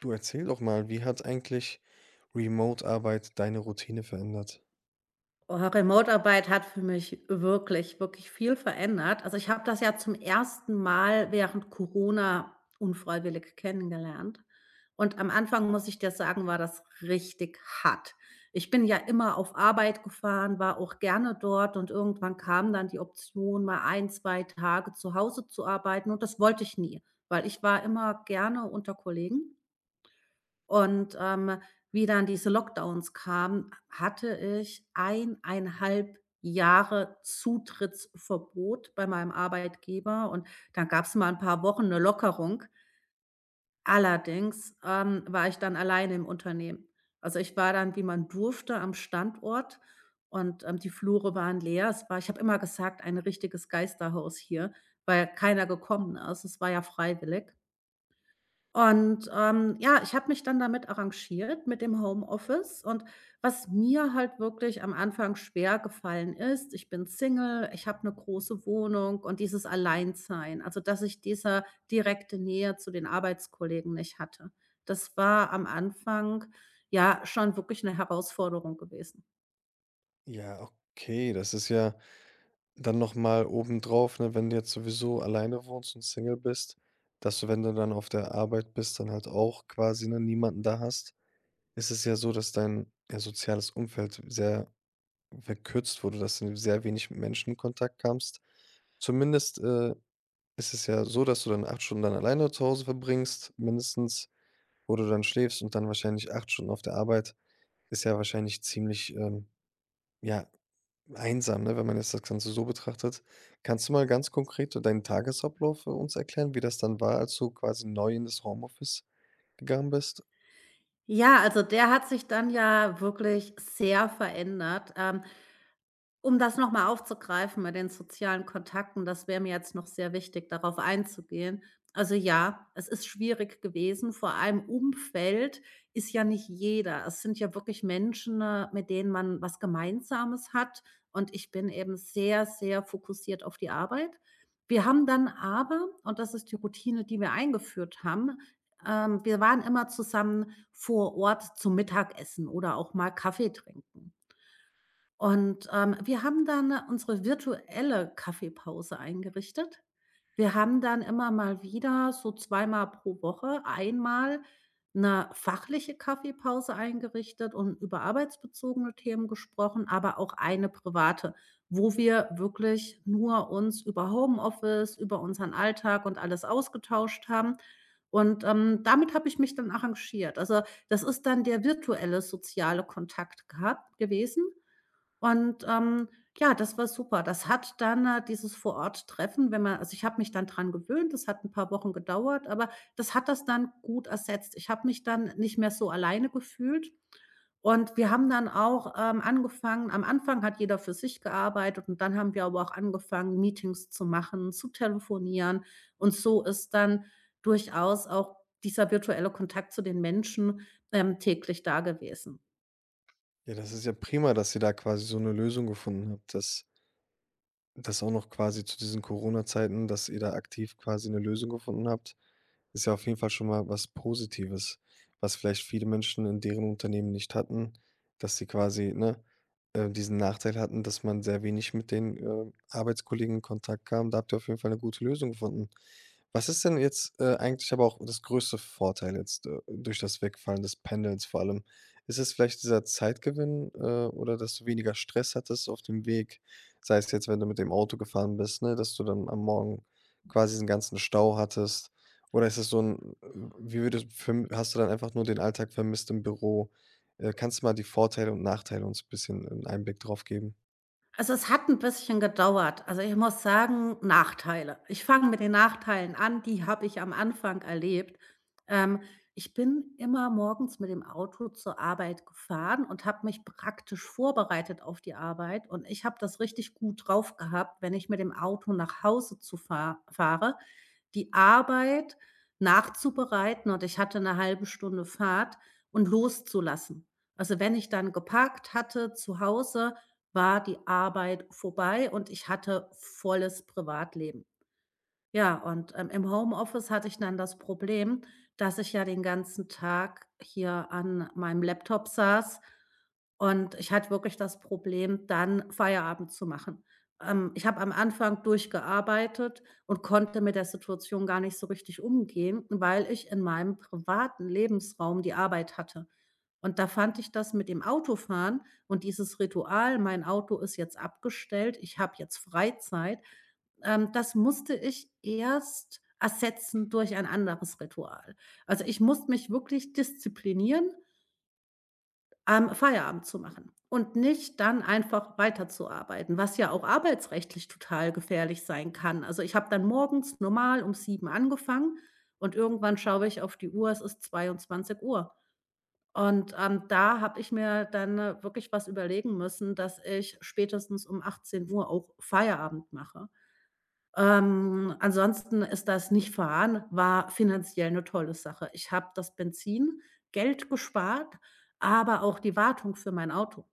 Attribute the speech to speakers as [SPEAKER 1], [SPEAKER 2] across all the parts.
[SPEAKER 1] Du erzähl doch mal, wie hat eigentlich Remote-Arbeit deine Routine verändert?
[SPEAKER 2] Oh, Remote-Arbeit hat für mich wirklich, wirklich viel verändert. Also, ich habe das ja zum ersten Mal während Corona unfreiwillig kennengelernt. Und am Anfang, muss ich dir sagen, war das richtig hart. Ich bin ja immer auf Arbeit gefahren, war auch gerne dort und irgendwann kam dann die Option, mal ein 2 Tage zu Hause zu arbeiten und das wollte ich nie, weil ich war immer gerne unter Kollegen. Und wie dann diese Lockdowns kamen, hatte ich 1,5 Jahre Zutrittsverbot bei meinem Arbeitgeber und dann gab es mal ein paar Wochen eine Lockerung. Allerdings, war ich dann alleine im Unternehmen. Also, ich war dann, wie man durfte, am Standort und die Flure waren leer. Es war Ich habe immer gesagt: „Ein richtiges Geisterhaus hier", weil keiner gekommen ist. Es war ja freiwillig. Und ja, ich habe mich dann damit arrangiert mit dem Homeoffice und was mir halt wirklich am Anfang schwer gefallen ist, ich bin Single, ich habe eine große Wohnung und dieses Alleinsein, also, dass ich diese direkte Nähe zu den Arbeitskollegen nicht hatte. Das war am Anfang, ja, schon wirklich eine Herausforderung gewesen.
[SPEAKER 1] Ja, okay, das ist ja dann noch mal obendrauf, ne, wenn du jetzt sowieso alleine wohnst und Single bist, dass du, wenn du dann auf der Arbeit bist, dann halt auch quasi, ne, niemanden da hast. Es ist ja so, dass dein, ja, soziales Umfeld sehr verkürzt wurde, dass du sehr wenig mit Menschen in Kontakt kamst. Zumindest, ist es ja so, dass du dann 8 Stunden dann alleine zu Hause verbringst, mindestens, wo du dann schläfst und dann wahrscheinlich 8 Stunden auf der Arbeit. Ist ja wahrscheinlich ziemlich, ja, einsam, ne, wenn man jetzt das Ganze so betrachtet. Kannst du mal ganz konkret so deinen Tagesablauf für uns erklären, wie das dann war, als du quasi neu in das Homeoffice gegangen bist?
[SPEAKER 2] Ja, also, der hat sich dann ja wirklich sehr verändert. Um das noch mal aufzugreifen mit den sozialen Kontakten, das wäre mir jetzt noch sehr wichtig, darauf einzugehen. Also ja, es ist schwierig gewesen. Vor allem Umfeld ist ja nicht jeder. Es sind ja wirklich Menschen, mit denen man was Gemeinsames hat. Und ich bin eben sehr, sehr fokussiert auf die Arbeit. Wir haben dann aber, und das ist die Routine, die wir eingeführt haben, wir waren immer zusammen vor Ort zum Mittagessen oder auch mal Kaffee trinken. Und wir haben dann unsere virtuelle Kaffeepause eingerichtet. Wir haben dann immer mal wieder so zweimal pro Woche einmal eine fachliche Kaffeepause eingerichtet und über arbeitsbezogene Themen gesprochen, aber auch eine private, wo wir wirklich nur uns über Homeoffice, über unseren Alltag und alles ausgetauscht haben. Und damit habe ich mich dann arrangiert. Also, das ist dann der virtuelle soziale Kontakt gehabt gewesen. Und ja, das war super. Das hat dann, dieses Vor-Ort-Treffen, wenn man also, ich habe mich dann dran gewöhnt, das hat ein paar Wochen gedauert, aber das hat das dann gut ersetzt. Ich habe mich dann nicht mehr so alleine gefühlt und wir haben dann auch, angefangen am Anfang hat jeder für sich gearbeitet und dann haben wir aber auch angefangen, Meetings zu machen, zu telefonieren und so ist dann durchaus auch dieser virtuelle Kontakt zu den Menschen, täglich da gewesen.
[SPEAKER 1] Ja, das ist ja prima, dass ihr da quasi so eine Lösung gefunden habt, dass das auch noch quasi zu diesen Corona-Zeiten, dass ihr da aktiv quasi 'ne Lösung gefunden habt, ist ja auf jeden Fall schon mal was Positives, was vielleicht viele Menschen in deren Unternehmen nicht hatten, dass sie quasi, ne, diesen Nachteil hatten, dass man sehr wenig mit den, Arbeitskollegen in Kontakt kam. Da habt ihr auf jeden Fall 'ne gute Lösung gefunden. Was ist denn jetzt, eigentlich aber auch das größte Vorteil jetzt, durch das Wegfallen des Pendelns vor allem? Ist es vielleicht dieser Zeitgewinn, oder dass du weniger Stress hattest auf dem Weg? Sei es jetzt, wenn du mit dem Auto gefahren bist, ne, dass du dann am Morgen quasi diesen ganzen Stau hattest? Oder ist es so ein, wie würdest verm hast du dann einfach nur den Alltag vermisst im Büro? Kannst du mal die Vorteile und Nachteile uns ein bisschen einen Einblick drauf geben?
[SPEAKER 2] Also, es hat ein bisschen gedauert. Also, ich muss sagen, Nachteile. Ich fange mit den Nachteilen an, die habe ich am Anfang erlebt. Ähm, Ich bin immer morgens mit dem Auto zur Arbeit gefahren und habe mich praktisch vorbereitet auf die Arbeit und ich habe das richtig gut drauf gehabt, wenn ich mit dem Auto nach Hause zu fahre, die Arbeit nachzubereiten und ich hatte eine halbe Stunde Fahrt und loszulassen. Also, wenn ich dann geparkt hatte zu Hause, war die Arbeit vorbei und ich hatte volles Privatleben. Ja, und, im Homeoffice hatte ich dann das Problem, dass ich ja den ganzen Tag hier an meinem Laptop saß und ich hatte wirklich das Problem, dann Feierabend zu machen. Ich habe am Anfang durchgearbeitet und konnte mit der Situation gar nicht so richtig umgehen, weil ich in meinem privaten Lebensraum die Arbeit hatte. Und da fand ich das mit dem Autofahren und dieses Ritual, mein Auto ist jetzt abgestellt, ich habe jetzt Freizeit, das musste ich erst ersetzen durch ein anderes Ritual. Also, ich musste mich wirklich disziplinieren, Feierabend zu machen und nicht dann einfach weiterzuarbeiten, was ja auch arbeitsrechtlich total gefährlich sein kann. Also, ich habe dann morgens normal um sieben angefangen und irgendwann schaue ich auf die Uhr, es ist 22 Uhr. Und da habe ich mir dann, wirklich was überlegen müssen, dass ich spätestens um 18 Uhr auch Feierabend mache. Ansonsten ist das nicht fahren, war finanziell 'ne tolle Sache. Ich habe das Benzingeld gespart, aber auch die Wartung für mein Auto.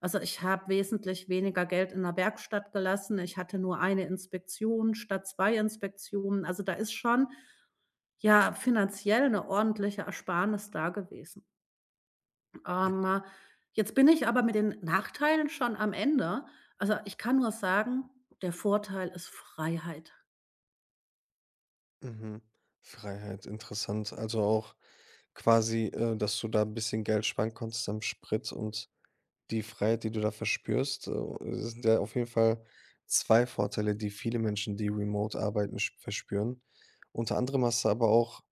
[SPEAKER 2] Also, ich habe wesentlich weniger Geld in der Werkstatt gelassen. Ich hatte nur eine Inspektion statt 2 Inspektionen. Also, da ist schon, ja, finanziell 'ne ordentliche Ersparnis da gewesen.
[SPEAKER 1] Ja.
[SPEAKER 2] Ähm, Jetzt bin ich aber mit den Nachteilen schon am Ende. Also, ich kann nur sagen, der Vorteil ist Freiheit.
[SPEAKER 1] Mhm. Freiheit, interessant. Also auch quasi, dass du da 'n bisschen Geld sparen konntest am Sprit und die Freiheit, die du da verspürst, es sind ja auf jeden Fall 2 Vorteile, die viele Menschen, die remote arbeiten, sch verspüren. Unter anderem hast du aber auch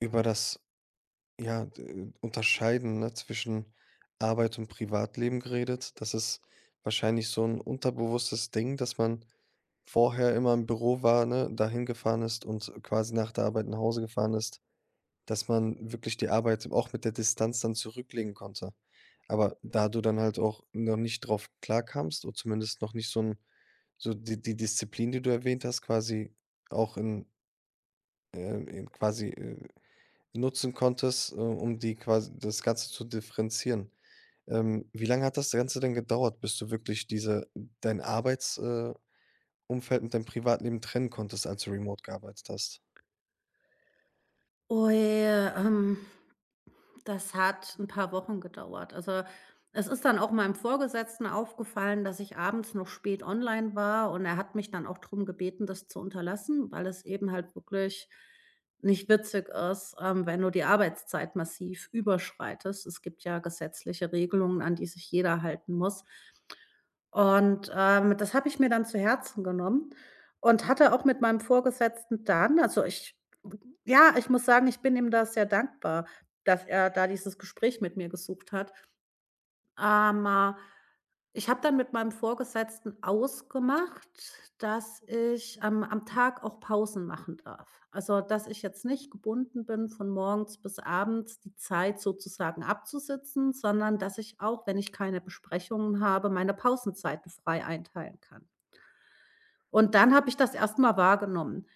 [SPEAKER 1] über das, ja, d Unterscheiden, ne, zwischen Arbeit und Privatleben geredet. Das ist wahrscheinlich so ein unterbewusstes Ding, dass man vorher immer im Büro war, ne, dahin gefahren ist und quasi nach der Arbeit nach Hause gefahren ist. Dass man wirklich die Arbeit auch mit der Distanz dann zurücklegen konnte. Aber da du dann halt auch noch nicht drauf klarkamst oder zumindest noch nicht so die Disziplin, die du erwähnt hast, quasi auch in quasi, nutzen konntest, um die quasi das Ganze zu differenzieren. Wie lange hat das Ganze denn gedauert, bis du wirklich diese dein Arbeits Umfeld und dein Privatleben trennen konntest, als du remote gearbeitet hast?
[SPEAKER 2] Oh, das hat ein paar Wochen gedauert. Also, es ist dann auch meinem Vorgesetzten aufgefallen, dass ich abends noch spät online war und er hat mich dann auch darum gebeten, das zu unterlassen, weil es eben halt wirklich nicht witzig ist, wenn du die Arbeitszeit massiv überschreitest. Es gibt ja gesetzliche Regelungen, an die sich jeder halten muss. Und das habe ich mir dann zu Herzen genommen und hatte auch mit meinem Vorgesetzten dann also, ich ja, ich muss sagen, ich bin ihm da sehr dankbar, dass er da dieses Gespräch mit mir gesucht hat, ähm, äh, ich habe dann mit meinem Vorgesetzten ausgemacht, dass ich, am Tag auch Pausen machen darf. Also, dass ich jetzt nicht gebunden bin, von morgens bis abends die Zeit sozusagen abzusitzen, sondern dass ich auch, wenn ich keine Besprechungen habe, meine Pausenzeiten frei einteilen kann. Und dann habe ich das erst mal wahrgenommen.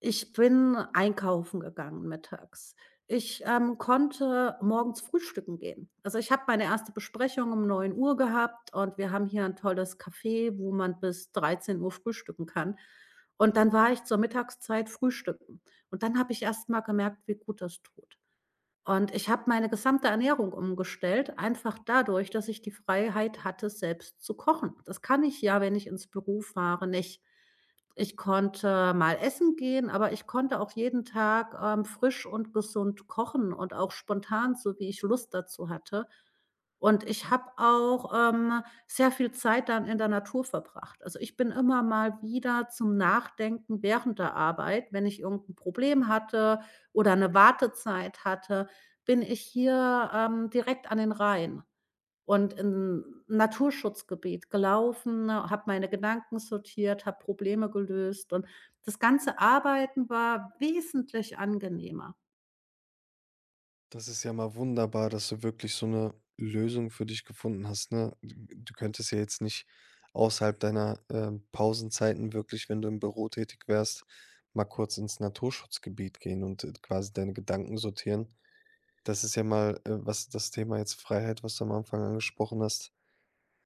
[SPEAKER 2] Ich bin einkaufen gegangen mittags. Ich, konnte morgens frühstücken gehen. Also, ich habe meine erste Besprechung um 9 Uhr gehabt und wir haben hier ein tolles Café, wo man bis 13 Uhr frühstücken kann. Und dann war ich zur Mittagszeit frühstücken. Und dann habe ich erst mal gemerkt, wie gut das tut. Und ich habe meine gesamte Ernährung umgestellt, einfach dadurch, dass ich die Freiheit hatte, selbst zu kochen. Das kann ich ja, wenn ich ins Büro fahre, nicht. Ich konnte mal essen gehen, aber ich konnte auch jeden Tag, frisch und gesund kochen und auch spontan, so wie ich Lust dazu hatte. Und ich habe auch, sehr viel Zeit dann in der Natur verbracht. Also, ich bin immer mal wieder zum Nachdenken während der Arbeit, wenn ich irgendein Problem hatte oder eine Wartezeit hatte bin ich hier, direkt an den Rhein und im Naturschutzgebiet gelaufen, ne, habe meine Gedanken sortiert, habe Probleme gelöst und das ganze Arbeiten war wesentlich angenehmer.
[SPEAKER 1] Das ist ja mal wunderbar, dass du wirklich so eine Lösung für dich gefunden hast, ne? Du könntest ja jetzt nicht außerhalb deiner, Pausenzeiten wirklich, wenn du im Büro tätig wärst, mal kurz ins Naturschutzgebiet gehen und, quasi deine Gedanken sortieren. Das ist ja mal, was das Thema jetzt Freiheit, was du am Anfang angesprochen hast,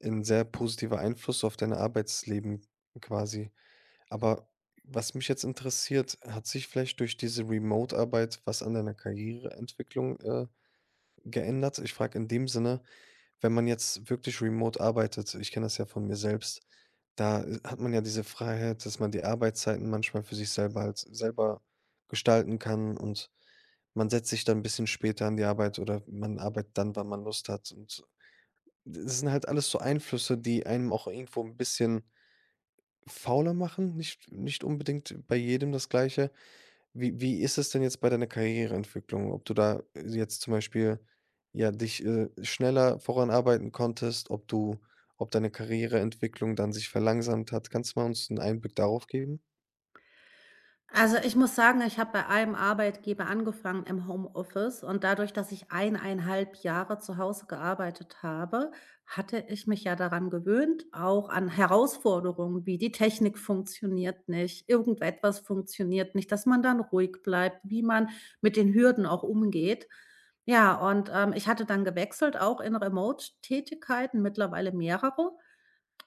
[SPEAKER 1] ein sehr positiver Einfluss auf dein Arbeitsleben quasi. Aber was mich jetzt interessiert, hat sich vielleicht durch diese Remote-Arbeit was an deiner Karriereentwicklung, geändert. Ich frage in dem Sinne, wenn man jetzt wirklich remote arbeitet, ich kenne das ja von mir selbst, da hat man ja diese Freiheit, dass man die Arbeitszeiten manchmal für sich selber halt selber gestalten kann und man setzt sich dann ein bisschen später an die Arbeit oder man arbeitet dann, wann man Lust hat. Und das sind halt alles so Einflüsse, die einem auch irgendwo ein bisschen fauler machen. Nicht, nicht unbedingt bei jedem das Gleiche, wie ist es denn jetzt bei deiner Karriereentwicklung? Ob du da jetzt zum Beispiel, ja, dich, schneller voranarbeiten konntest, ob deine Karriereentwicklung dann sich verlangsamt hat? Kannst du mal uns einen Einblick darauf geben?
[SPEAKER 2] Also, ich muss sagen, ich habe bei einem Arbeitgeber angefangen im Homeoffice und dadurch, dass ich 1,5 Jahre zu Hause gearbeitet habe, hatte ich mich ja daran gewöhnt, auch an Herausforderungen wie die Technik funktioniert nicht, irgendetwas funktioniert nicht, dass man dann ruhig bleibt, wie man mit den Hürden auch umgeht. Ja, und, ich hatte dann gewechselt, auch in Remote-Tätigkeiten, mittlerweile mehrere.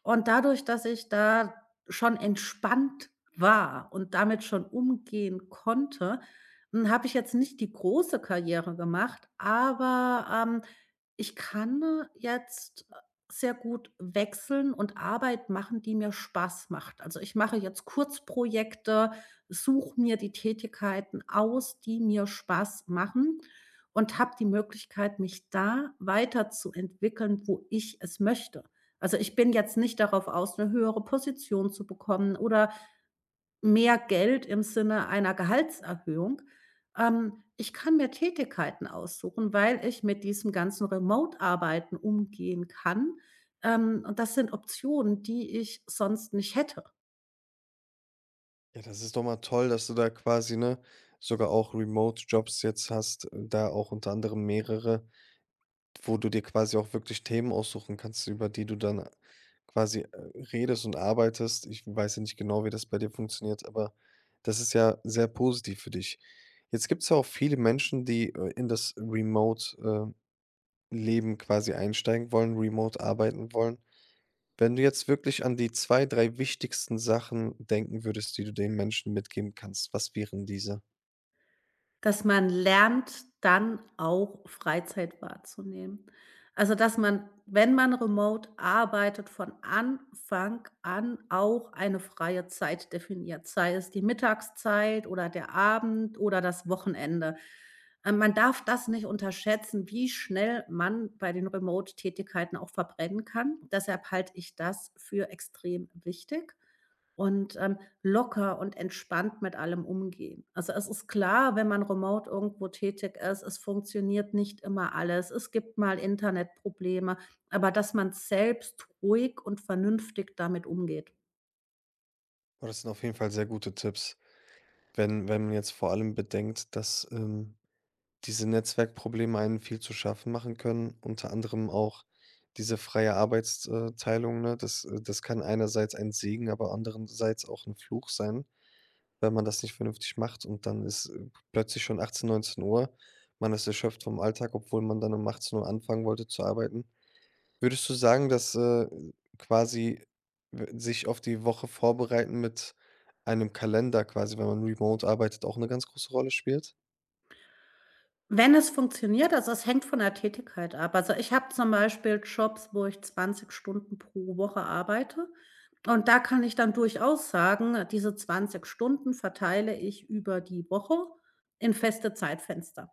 [SPEAKER 2] Und dadurch, dass ich da schon entspannt war und damit schon umgehen konnte, habe ich jetzt nicht die große Karriere gemacht, aber, ich kann jetzt sehr gut wechseln und Arbeit machen, die mir Spaß macht. Also, ich mache jetzt Kurzprojekte, suche mir die Tätigkeiten aus, die mir Spaß machen und habe die Möglichkeit, mich da weiterzuentwickeln, wo ich es möchte. Also, ich bin jetzt nicht darauf aus, eine höhere Position zu bekommen oder mehr Geld im Sinne einer Gehaltserhöhung. Ich kann mir Tätigkeiten aussuchen, weil ich mit diesem ganzen Remote-Arbeiten umgehen kann. Und das sind Optionen, die ich sonst nicht hätte.
[SPEAKER 1] Ja, das ist doch mal toll, dass du da quasi, ne, sogar auch Remote-Jobs jetzt hast, da auch unter anderem mehrere, wo du dir quasi auch wirklich Themen aussuchen kannst, über die du dann quasi, redest und arbeitest. Ich weiß ja nicht genau, wie das bei dir funktioniert, aber das ist ja sehr positiv für dich. Jetzt gibt's ja auch viele Menschen, die, in das Remote, Leben quasi einsteigen wollen, remote arbeiten wollen. Wenn du jetzt wirklich an die 2, 3 wichtigsten Sachen denken würdest, die du den Menschen mitgeben kannst, was wären diese?
[SPEAKER 2] Dass man lernt, dann auch Freizeit wahrzunehmen. Also, dass man, wenn man remote arbeitet, von Anfang an auch eine freie Zeit definiert, sei es die Mittagszeit oder der Abend oder das Wochenende. Man darf das nicht unterschätzen, wie schnell man bei den Remote-Tätigkeiten auch verbrennen kann. Deshalb halte ich das für extrem wichtig und, locker und entspannt mit allem umgehen. Also, es ist klar, wenn man remote irgendwo tätig ist, es funktioniert nicht immer alles. Es gibt mal Internetprobleme, aber dass man selbst ruhig und vernünftig damit umgeht.
[SPEAKER 1] Boah, das sind auf jeden Fall sehr gute Tipps, wenn man jetzt vor allem bedenkt, dass, diese Netzwerkprobleme einen viel zu schaffen machen können, unter anderem auch diese freie Arbeitsteilung, ne? Das kann einerseits ein Segen, aber andererseits auch ein Fluch sein, wenn man das nicht vernünftig macht und dann ist, plötzlich schon 18, 19 Uhr. Man ist erschöpft vom Alltag, obwohl man dann um 18 Uhr anfangen wollte zu arbeiten. Würdest du sagen, dass, quasi w sich auf die Woche vorbereiten mit einem Kalender quasi, wenn man remote arbeitet, auch eine ganz große Rolle spielt?
[SPEAKER 2] Wenn es funktioniert, also, es hängt von der Tätigkeit ab. Also, ich habe zum Beispiel Jobs, wo ich 20 Stunden pro Woche arbeite und da kann ich dann durchaus sagen, diese 20 Stunden verteile ich über die Woche in feste Zeitfenster.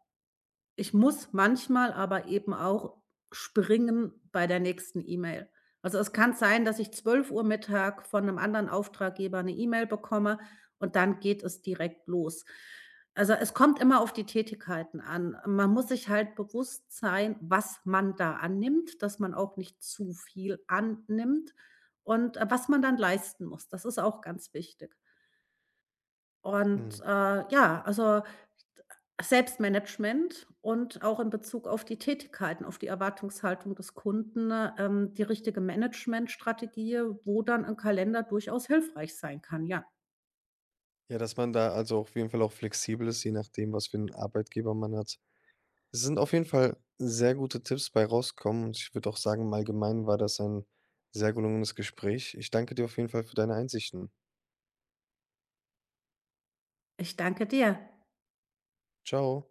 [SPEAKER 2] Ich muss manchmal aber eben auch springen bei der nächsten E-Mail. Also, es kann sein, dass ich 12 Uhr Mittag von einem anderen Auftraggeber eine E-Mail bekomme und dann geht es direkt los. Also, es kommt immer auf die Tätigkeiten an. Man muss sich halt bewusst sein, was man da annimmt, dass man auch nicht zu viel annimmt und, was man dann leisten muss. Das ist auch ganz wichtig.
[SPEAKER 1] Mhm.
[SPEAKER 2] Und ja, also Selbstmanagement und auch in Bezug auf die Tätigkeiten, auf die Erwartungshaltung des Kunden, die richtige Managementstrategie, wo dann ein Kalender durchaus hilfreich sein kann, ja.
[SPEAKER 1] Ja, dass man da also auf jeden Fall auch flexibel ist, je nachdem, was für 'n Arbeitgeber man hat. Es sind auf jeden Fall sehr gute Tipps bei rauskommen und ich würde auch sagen, im Allgemeinen war das ein sehr gelungenes Gespräch. Ich danke dir auf jeden Fall für deine Einsichten.
[SPEAKER 2] Ich danke dir.
[SPEAKER 1] Ciao.